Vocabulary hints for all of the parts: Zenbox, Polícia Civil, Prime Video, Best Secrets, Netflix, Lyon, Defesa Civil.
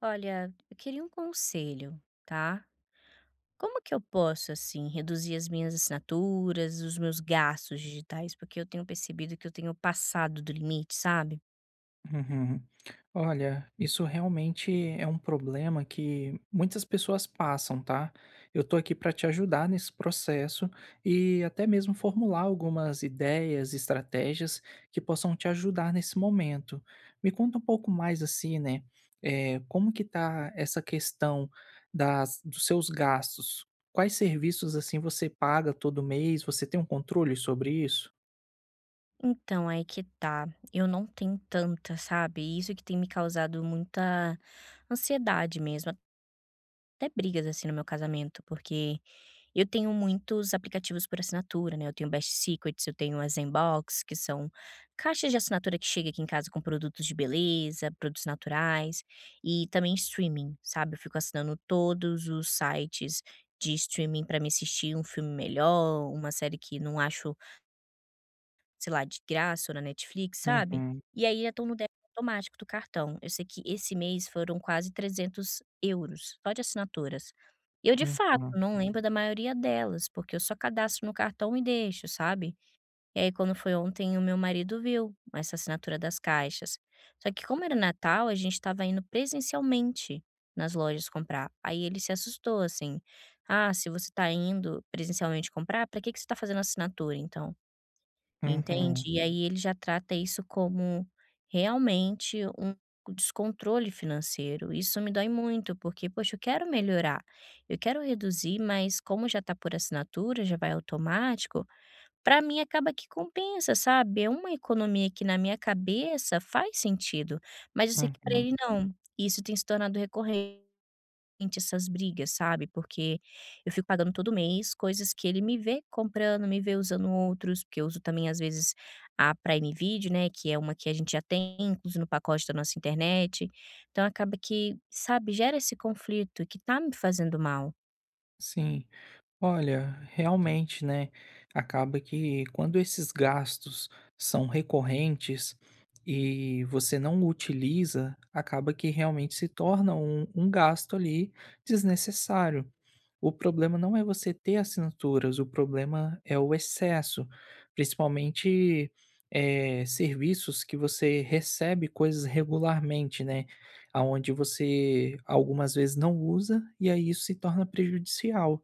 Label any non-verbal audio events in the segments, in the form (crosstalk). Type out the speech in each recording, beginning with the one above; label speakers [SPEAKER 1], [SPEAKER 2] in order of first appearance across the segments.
[SPEAKER 1] Olha, eu queria um conselho, tá? Como que eu posso, assim, reduzir as minhas assinaturas, os meus gastos digitais? Porque eu tenho percebido que eu tenho passado do limite, sabe?
[SPEAKER 2] Uhum. Olha, isso realmente é um problema que muitas pessoas passam, tá? Eu tô aqui para te ajudar nesse processo e até mesmo formular algumas ideias, estratégias que possam te ajudar nesse momento. Me conta um pouco mais assim, né? É, como que tá essa questão dos seus gastos? Quais serviços assim você paga todo mês? Você tem um controle sobre isso?
[SPEAKER 1] Então, aí que tá. Eu não tenho tanta, sabe? Isso que tem me causado muita ansiedade mesmo. Até brigas assim no meu casamento, porque eu tenho muitos aplicativos por assinatura, né? Eu tenho Best Secrets, eu tenho a Zenbox, que são caixas de assinatura que chega aqui em casa com produtos de beleza, produtos naturais e também streaming, sabe? Eu fico assinando todos os sites de streaming para me assistir um filme melhor, uma série que não acho, sei lá, de graça ou na Netflix, sabe.
[SPEAKER 2] Uhum,
[SPEAKER 1] E aí já estão no débito automático do cartão. Eu sei que esse mês foram quase €300 só de assinaturas. E eu, de fato,
[SPEAKER 2] uhum,
[SPEAKER 1] não lembro da maioria delas, porque eu só cadastro no cartão e deixo, sabe. E aí quando foi ontem o meu marido viu essa assinatura das caixas. Só que como era Natal, a gente estava indo presencialmente nas lojas comprar. Aí ele se assustou, assim: "Ah, se você tá indo presencialmente comprar, pra que que você tá fazendo assinatura então?" Entende?
[SPEAKER 2] uhum,
[SPEAKER 1] E aí ele já trata isso como realmente um descontrole financeiro. Isso me dói muito, porque, poxa, eu quero melhorar, eu quero reduzir, mas como já está por assinatura, já vai automático, para mim acaba que compensa, sabe? É uma economia que na minha cabeça faz sentido, mas eu sei que para
[SPEAKER 2] uhum.
[SPEAKER 1] ele não. Isso tem se tornado recorrente, essas brigas, sabe, porque eu fico pagando todo mês coisas que ele me vê comprando, me vê usando outros, porque eu uso também, às vezes, a Prime Video, né, que é uma que a gente já tem incluso no pacote da nossa internet. Então acaba que, sabe, gera esse conflito que tá me fazendo mal.
[SPEAKER 2] Sim, olha, realmente, né? Acaba que quando esses gastos são recorrentes e você não utiliza, acaba que realmente se torna um gasto ali desnecessário. O problema não é você ter assinaturas, o problema é o excesso, principalmente, serviços que você recebe coisas regularmente, né, aonde você algumas vezes não usa, e aí isso se torna prejudicial.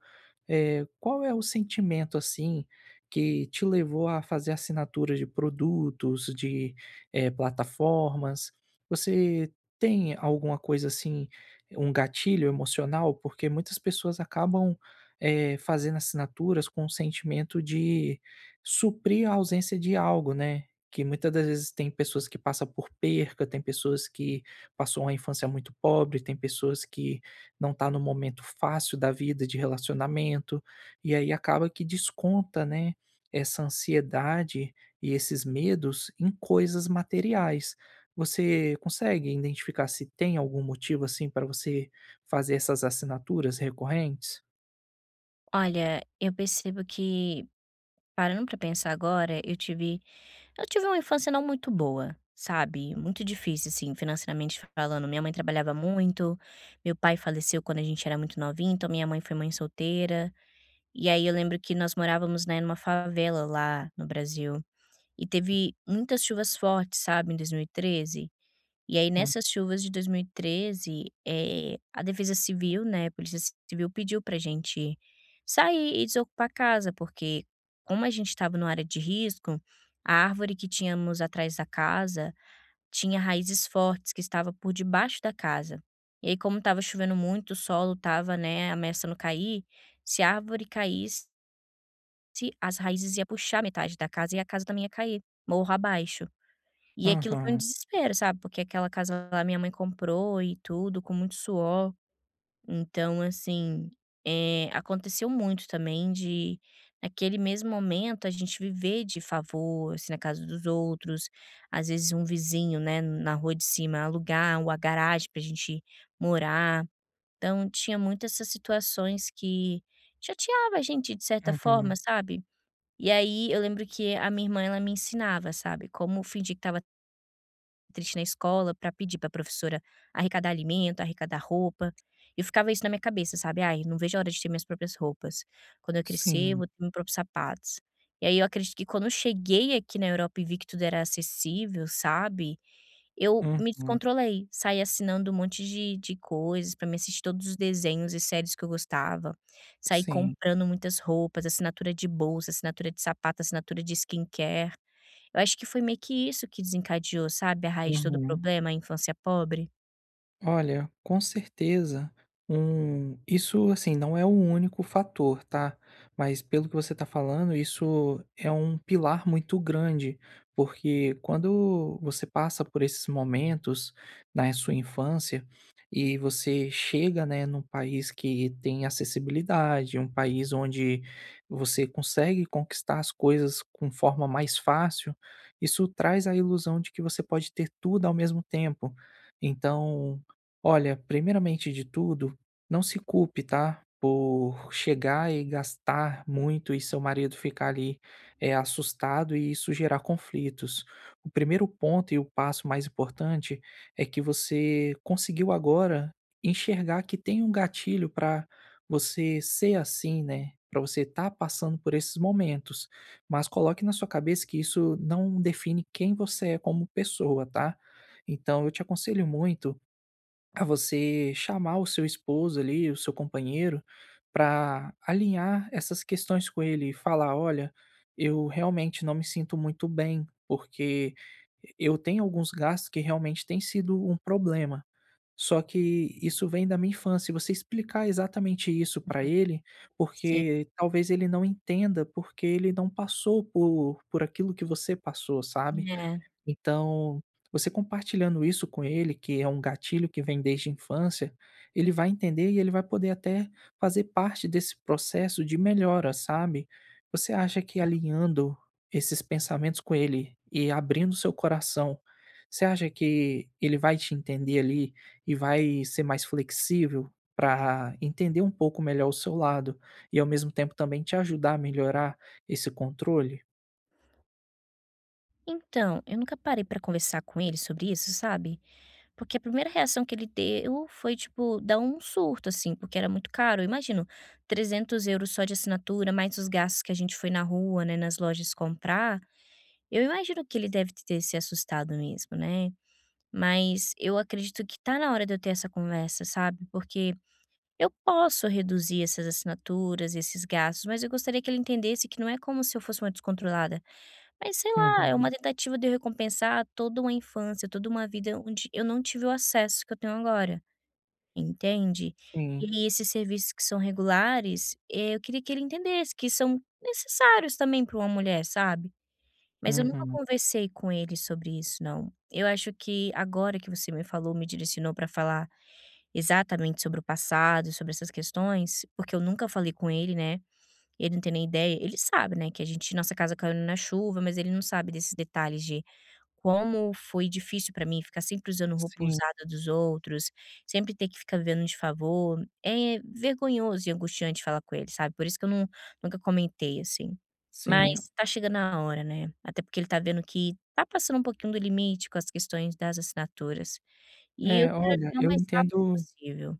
[SPEAKER 2] Qual é o sentimento, assim, que te levou a fazer assinaturas de produtos, de, plataformas? Você tem alguma coisa assim um gatilho emocional, porque muitas pessoas acabam, fazendo assinaturas com o sentimento de suprir a ausência de algo, né. Que muitas das vezes tem pessoas que passa por perca, tem pessoas que passou uma infância muito pobre, tem pessoas que não tá no momento fácil da vida de relacionamento, e aí acaba que desconta, né, essa ansiedade e esses medos em coisas materiais. Você consegue identificar se tem algum motivo, assim, para você fazer essas assinaturas recorrentes?
[SPEAKER 1] Olha, eu percebo que, parando pra pensar agora, eu tive uma infância não muito boa, sabe, muito difícil, assim, financeiramente falando. Minha mãe trabalhava muito, meu pai faleceu quando a gente era muito novinho, então minha mãe foi mãe solteira. E aí eu lembro que nós morávamos, né, numa favela lá no Brasil, e teve muitas chuvas fortes, sabe, em 2013. E aí
[SPEAKER 2] Hum.
[SPEAKER 1] nessas chuvas de 2013, a Defesa Civil, né, a Polícia Civil pediu pra gente sair e desocupar a casa, porque como a gente estava numa área de risco, a árvore que tínhamos atrás da casa tinha raízes fortes que estava por debaixo da casa. E aí como estava chovendo muito, o solo estava, né, ameaçando cair, se a árvore caísse, as raízes ia puxar metade da casa e a casa também ia cair, morro abaixo. E aquilo foi um
[SPEAKER 2] Aham,
[SPEAKER 1] desespero, sabe, porque aquela casa lá minha mãe comprou e tudo, com muito suor. Então, assim, aconteceu muito também de, naquele mesmo momento, a gente viver de favor, assim, na casa dos outros. Às vezes, um vizinho, né, na rua de cima alugar uma garagem pra gente morar. Então, tinha muitas essas situações que chateava a gente, de certa forma,
[SPEAKER 2] uhum.
[SPEAKER 1] sabe. E aí, eu lembro que a minha irmã, ela me ensinava, sabe, como fingir que tava triste na escola pra pedir pra professora arrecadar alimento, arrecadar roupa. Eu ficava isso na minha cabeça, sabe: "Ai, não vejo a hora de ter minhas próprias roupas. Quando eu crescer, eu
[SPEAKER 2] Sim.
[SPEAKER 1] vou ter meus próprios sapatos". E aí eu acredito que quando eu cheguei aqui na Europa e vi que tudo era acessível, sabe, eu me
[SPEAKER 2] Uhum.
[SPEAKER 1] descontrolei. Saí assinando um monte de coisas pra me assistir todos os desenhos e séries que eu gostava. Saí
[SPEAKER 2] Sim.
[SPEAKER 1] comprando muitas roupas, assinatura de bolsa, assinatura de sapato, assinatura de skincare. Eu acho que foi meio que isso que desencadeou, sabe, a raiz de todo o
[SPEAKER 2] Uhum.
[SPEAKER 1] problema, a infância pobre.
[SPEAKER 2] Olha, com certeza, isso, assim, não é o único fator, tá, mas pelo que você está falando, isso é um pilar muito grande, porque quando você passa por esses momentos na sua infância e você chega, né, num país que tem acessibilidade, um país onde você consegue conquistar as coisas com forma mais fácil, isso traz a ilusão de que você pode ter tudo ao mesmo tempo. Então, olha, primeiramente de tudo, não se culpe, tá? Por chegar e gastar muito e seu marido ficar ali assustado e isso gerar conflitos. O primeiro ponto e o passo mais importante é que você conseguiu agora enxergar que tem um gatilho para você ser assim, né? Para você estar passando por esses momentos. Mas coloque na sua cabeça que isso não define quem você é como pessoa, tá? Então eu te aconselho muito a você chamar o seu esposo ali, o seu companheiro, para alinhar essas questões com ele e falar: olha, eu realmente não me sinto muito bem, porque eu tenho alguns gastos que realmente têm sido um problema. Só que isso vem da minha infância. E você explicar exatamente isso para
[SPEAKER 1] Uhum.
[SPEAKER 2] ele,
[SPEAKER 1] Sim,
[SPEAKER 2] porque talvez ele não entenda, porque ele não passou por aquilo que você passou,
[SPEAKER 1] é,
[SPEAKER 2] sabe?
[SPEAKER 1] exato.
[SPEAKER 2] Então, você compartilhando isso com ele, que é um gatilho que vem desde a infância, ele vai entender e ele vai poder até fazer parte desse processo de melhora, sabe? Você acha que alinhando esses pensamentos com ele e abrindo seu coração, você acha que ele vai te entender ali e vai ser mais flexível para entender um pouco melhor o seu lado e ao mesmo tempo também te ajudar a melhorar esse controle?
[SPEAKER 1] Então, eu nunca parei pra conversar com ele sobre isso, sabe, porque a primeira reação que ele deu foi, tipo, dar um surto, assim, porque era muito caro. Eu imagino, €300 só de assinatura, mais os gastos que a gente foi na rua, né, nas lojas comprar. Eu imagino que ele deve ter se assustado mesmo, né. Mas eu acredito que tá na hora de eu ter essa conversa, sabe, porque eu posso reduzir essas assinaturas, esses gastos, mas eu gostaria que ele entendesse que não é como se eu fosse uma descontrolada. Mas sei lá, é uma
[SPEAKER 2] Uhum.
[SPEAKER 1] tentativa de eu recompensar toda uma infância, toda uma vida onde eu não tive o acesso que eu tenho agora, entende?
[SPEAKER 2] Sim.
[SPEAKER 1] E esses serviços que são regulares, eu queria que ele entendesse que são necessários também para uma mulher, sabe? Mas eu nunca
[SPEAKER 2] Uhum.
[SPEAKER 1] conversei com ele sobre isso, não. Eu acho que agora que você me falou, me direcionou para falar exatamente sobre o passado, sobre essas questões, porque eu nunca falei com ele, né, ele não tem nem ideia. Ele sabe, né, que a gente, nossa casa caiu na chuva, mas ele não sabe desses detalhes de como foi difícil pra mim ficar sempre usando roupa
[SPEAKER 2] Sim,
[SPEAKER 1] usada dos outros, sempre ter que ficar vivendo de favor. É vergonhoso e angustiante falar com ele, sabe, por isso que eu nunca comentei, assim.
[SPEAKER 2] sim.
[SPEAKER 1] Mas tá chegando a hora, né, até porque ele tá vendo que tá passando um pouquinho do limite com as questões das assinaturas, e eu
[SPEAKER 2] É,
[SPEAKER 1] quero
[SPEAKER 2] olha,
[SPEAKER 1] alinhar o
[SPEAKER 2] eu
[SPEAKER 1] mais rápido
[SPEAKER 2] entendo
[SPEAKER 1] possível.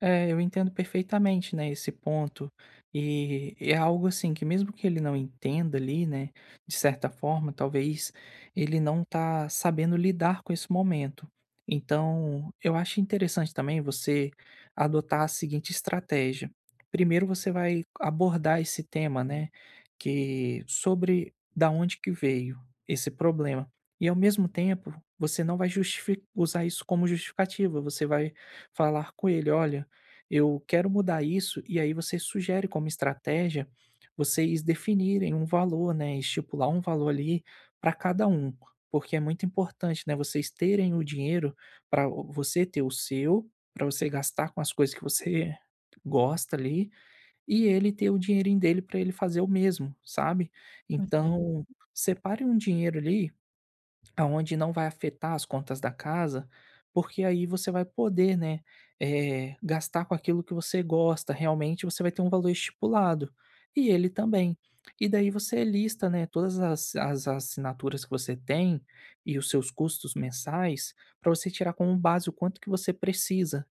[SPEAKER 2] É, eu entendo perfeitamente, né, esse ponto. E é algo assim que mesmo que ele não entenda ali, né, de certa forma, talvez ele não tá sabendo lidar com esse momento. Então, eu acho interessante também você adotar a seguinte estratégia. Primeiro você vai abordar esse tema, né, que sobre da onde que veio esse problema. E ao mesmo tempo, você não vai usar isso como justificativa, você vai falar com ele, olha, eu quero mudar isso, e aí você sugere como estratégia vocês definirem um valor, né, estipular um valor ali para cada um, porque é muito importante, né, vocês terem o dinheiro para você ter o seu, para você gastar com as coisas que você (laughs) gosta ali, e ele ter o dinheirinho dele para ele fazer o mesmo, sabe.
[SPEAKER 1] Uhum.
[SPEAKER 2] Então, separe um dinheiro ali aonde não vai afetar as contas da casa, porque aí você vai poder, né, gastar com aquilo que você gosta, realmente você vai ter um valor estipulado, e ele também. E daí você lista, né, todas as assinaturas que você tem e os seus custos mensais para você tirar como base o quanto que você precisa.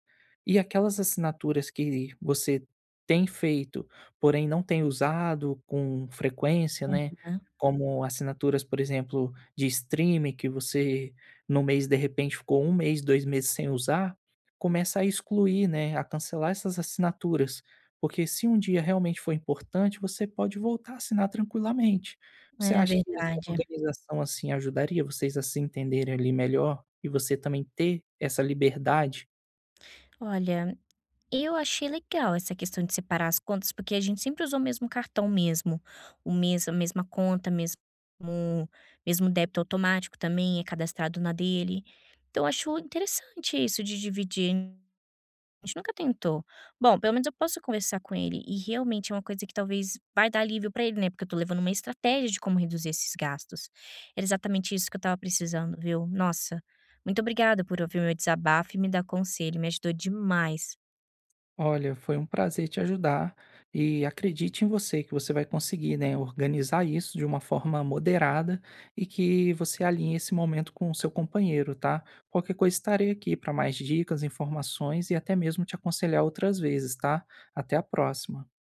[SPEAKER 2] E aquelas assinaturas que você tem feito, porém não tem usado com frequência, né,
[SPEAKER 1] Aham.
[SPEAKER 2] como assinaturas, por exemplo, de streaming que você no mês de repente ficou um mês, 2 meses sem usar, começa a excluir, né, a cancelar essas assinaturas, porque se um dia realmente for importante, você pode voltar a assinar tranquilamente. Você
[SPEAKER 1] É
[SPEAKER 2] acha que essa
[SPEAKER 1] verdade.
[SPEAKER 2] organização, assim, ajudaria vocês a se entenderem ali melhor e você também ter essa liberdade.
[SPEAKER 1] Olha, eu achei legal essa questão de separar as contas, porque a gente sempre usou o mesmo cartão mesmo, o mes a mesma conta, mesmo débito automático também é cadastrado na dele. Então acho interessante isso de dividir. A gente nunca tentou. Bom, pelo menos eu posso conversar com ele e realmente é uma coisa que talvez vai dar alívio pra ele, né, porque eu tô levando uma estratégia de como reduzir esses gastos. Era exatamente isso que eu estava precisando, viu. Nossa, muito obrigada por ouvir meu desabafo e me dar conselho, me ajudou demais.
[SPEAKER 2] Olha, foi um prazer te ajudar e acredite em você que você vai conseguir, né, organizar isso de uma forma moderada e que você alinhe esse momento com o seu companheiro, tá? Qualquer coisa estarei aqui para mais dicas, informações e até mesmo te aconselhar outras vezes, tá? Até a próxima.